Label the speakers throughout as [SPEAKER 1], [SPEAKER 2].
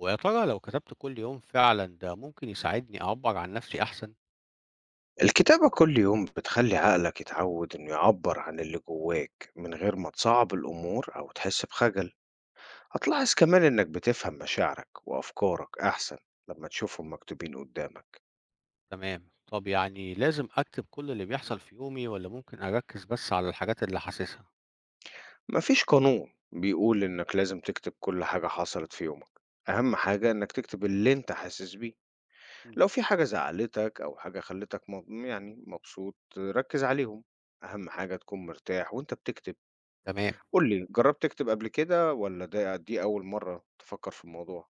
[SPEAKER 1] ويا ترى لو كتبت كل يوم فعلا ده ممكن يساعدني أعبر عن نفسي أحسن؟
[SPEAKER 2] الكتابة كل يوم بتخلي عقلك يتعود إنه يعبر عن اللي جواك من غير ما تصعب الأمور أو تحس بخجل، هتلاحظ كمان إنك بتفهم مشاعرك وأفكارك أحسن لما تشوفهم مكتوبين قدامك.
[SPEAKER 1] تمام، طب يعني لازم أكتب كل اللي بيحصل في يومي ولا ممكن أركز بس على الحاجات اللي حاسسها؟
[SPEAKER 2] مفيش قانون بيقول إنك لازم تكتب كل حاجة حصلت في يومك، أهم حاجة إنك تكتب اللي أنت حاسس بيه.
[SPEAKER 1] مم.
[SPEAKER 2] لو في حاجة زعلتك أو حاجة خلتك مبسوط ركز عليهم، أهم حاجة تكون مرتاح وأنت بتكتب.
[SPEAKER 1] تمام.
[SPEAKER 2] قُل لي، جرّبت تكتب قبل كده والّا دي أول مرّة تفكّر في الموضوع؟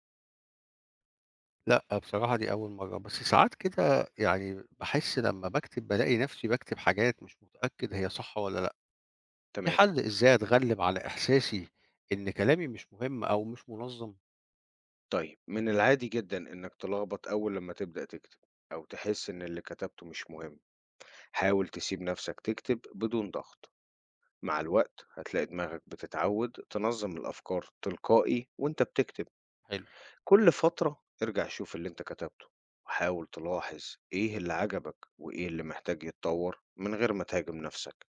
[SPEAKER 1] لا، بصراحة دي أول مرة، بس ساعات كده يعني بحس لما بكتب بلاقي نفسي بكتب حاجات مش متأكد هي صح ولا لا. في
[SPEAKER 2] تمام.
[SPEAKER 1] حل إزاي أتغلب على إحساسي إن كلامي مش مهم أو مش منظم؟
[SPEAKER 2] طيب، من العادي جدًا إنّك تلخبط أول لمّا تبدأ تكتب أو تحس إن اللي كتبته مش مهم. حاول تسيب نَفْسك تكتب بدون ضغط.
[SPEAKER 1] مم.
[SPEAKER 2] مع الوقت هتلاقي دماغك بتتعوّد تنظّم الأفكار تلقائي وأنت بتكتب.
[SPEAKER 1] حلو.
[SPEAKER 2] كل فترة ارجع شوف اللي أنت كتبته وحاول تلاحظ إيه اللي عجبك وإيه اللي محتاج يتطوّر من غير ما تهاجم نَفْسك.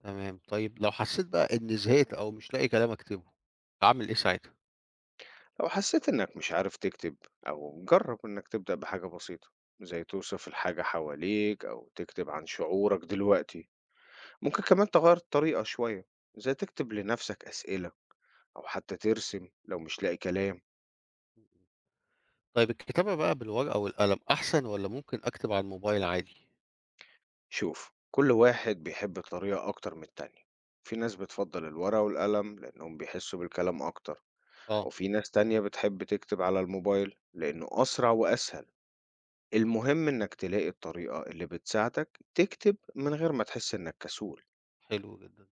[SPEAKER 1] تمام، طيب لو حسيت بقى إني زهقت أو مش لاقي كلام أكتبه أعمل إيه ساعتها؟
[SPEAKER 2] لو حسيت إنك مش عارف تكتب أو جرب إنك تبدأ بحاجة بسيطة زي توصف الحاجة حواليك أو تكتب عن شعورك دلوقتي، ممكن كمان تغير الطريقة شوية، زي تكتب لنفسك أسئلة أو حتى ترسم لو مش لاقي كلام.
[SPEAKER 1] طيب الكتابة بقى بالورقة والقلم أحسن والّا ممكن أكتب على الموبايل عادي؟
[SPEAKER 2] شوف، كل واحد بيحب طريقة أكتر من التانية، في ناس بتفضل الورقة والقلم لأنهم بيحسوا بالكلام أكتر،
[SPEAKER 1] آه.
[SPEAKER 2] وفي ناس تانية بتحب تكتب على الموبايل لأنه أسرع وأسهل. المهم إنك تلاقي الطريقة اللي بتساعدك تكتب من غير ما تحس إنك كسول.
[SPEAKER 1] حلو جدًا.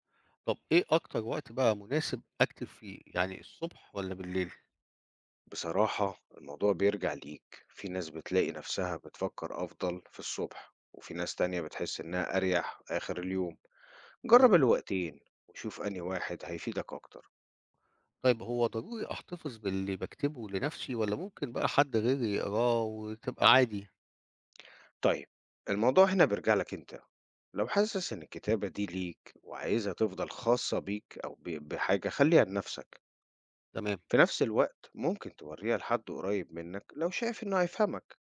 [SPEAKER 1] طب إيه أكتر وقت بقى مناسب أكتب فيه، يعني الصبح والّا بالليل؟
[SPEAKER 2] بصراحة الموضوع بيرجع ليك، في ناس بتلاقي نفسها بتفكر أفضل في الصبح وفي ناس تانية بتحس إنها أريح آخر اليوم.
[SPEAKER 1] إمم،
[SPEAKER 2] جرب الوقتين وشوف أنهي واحد هيفيدك أكتر.
[SPEAKER 1] طيب هو ضروري أحتفظ باللي باكتبه لنفسي والّا ممكن بقى حد غيري يقراه وتبقى عادي؟
[SPEAKER 2] طيب، الموضوع هنا بيرجع لك أنت، لو حاسس إن الكتابة دي ليك وعايزها تفضل خاصة بيك أو بحاجة خليها لنفسك.
[SPEAKER 1] تمام.
[SPEAKER 2] في نفس الوقت ممكن توريها لحد قريب منك لو شايف إنه هيفهمك،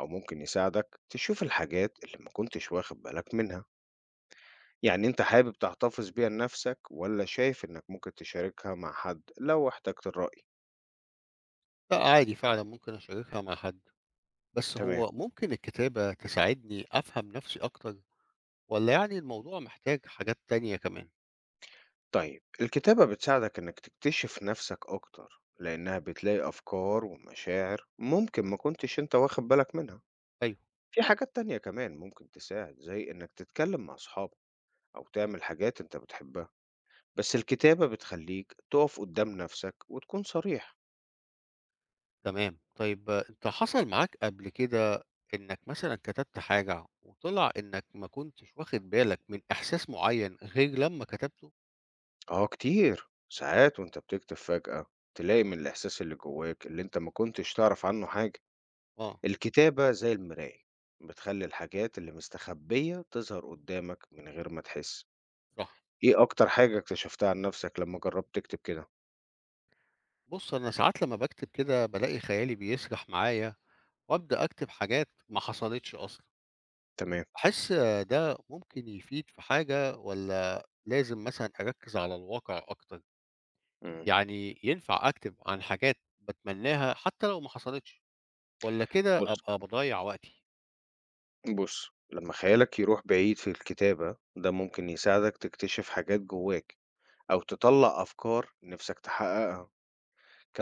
[SPEAKER 2] أو ممكن يساعدك تشوف الحاجات اللي ما كنتش واخد بالك منها. يعني أنت حابب تحتفظ بيها لنفسك ولا شايف إنك ممكن تشاركها مع حد لو احتجت الرأي؟
[SPEAKER 1] لأ، عادي فعلًا ممكن أشاركها مع حد، بس
[SPEAKER 2] تمام.
[SPEAKER 1] هو ممكن الكتابة تساعدني أفهم نفسي أكتر والّا الموضوع محتاج حاجات تانية كمان؟
[SPEAKER 2] طيب الكتابة بتساعدك إنك تكتشف نفسك أكتر لأنها بتلاقي أفكار ومشاعر ممكن ما كنتش أنت واخد بالك منها.
[SPEAKER 1] أيوه.
[SPEAKER 2] في حاجات تانية كمان ممكن تساعد، زي إنك تتكلم مع أصحابك أو تعمل حاجات أنت بتحبها، بس الكتابة بتخليك تقف قدام نفسك وتكون صريح.
[SPEAKER 1] تمام. طيب آه، أنت حصل معاك قبل كده إنّك مثلًا كتبت حاجة وطلع إنّك ما كنتش واخد بالك من إحساس معيّن غير لمّا كتبته؟
[SPEAKER 2] آه كتير، ساعات وأنت بتكتب فجأة تلاقي من الإحساس اللي جواك اللي أنت ما كنتش تعرف عنه حاجة.
[SPEAKER 1] آه.
[SPEAKER 2] الكتابة زي المراية، بتخلي الحاجات اللي مستخبية تظهر قدامك من غير ما تحس.
[SPEAKER 1] صح.
[SPEAKER 2] إيه أكتر حاجة اكتشفتها عن نفسك لما جربت تكتب كده؟
[SPEAKER 1] بُص، أنا ساعات لمّا باكتب كده بالاقي خيالي بيسرح معايا وأبدأ أكتب حاجات ما حصلتش أصلًا.
[SPEAKER 2] تمام.
[SPEAKER 1] باحس ده ممكن يفيد في حاجة والّا لازم مثلًا أركّز على الواقع أكتر؟
[SPEAKER 2] مم.
[SPEAKER 1] يعني ينفع أكتب عن حاجات باتمناها حتى لو ما حصلتش والّا كده
[SPEAKER 2] بص،
[SPEAKER 1] أبقى باضيّع وقتي؟
[SPEAKER 2] لما خيالك يروح بعيد في الكتابة ده ممكن يساعدك تكتشف حاجات جواك أو تطلع أفكار نفسك تحققها.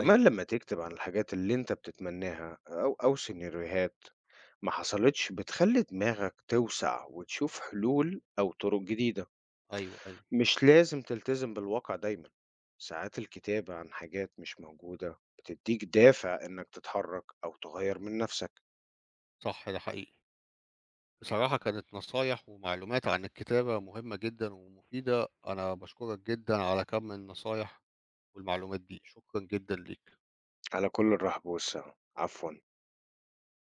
[SPEAKER 1] أيوه،
[SPEAKER 2] لما تكتب عن الحاجات اللي انت بتتمناها أو سيناريوهات ما حصلتش، بتخلي دماغك توسع وتشوف حلول أو طرق جديدة.
[SPEAKER 1] أيوه، أيوه.
[SPEAKER 2] مش لازم تلتزم بالواقع دايما، ساعات الكتابة عن حاجات مش موجودة بتديك دافع إنك تتحرك أو تغير من نفسك.
[SPEAKER 1] صح، ده حقيقي. بصراحة كانت نصايح ومعلومات عن الكتابة مهمة جدًا ومفيدة، أنا باشكرك جدًا على كم النصايح والمعلومات دي، شكرًا جدًا ليك.
[SPEAKER 2] على كل الرحب والسعة، عفوا.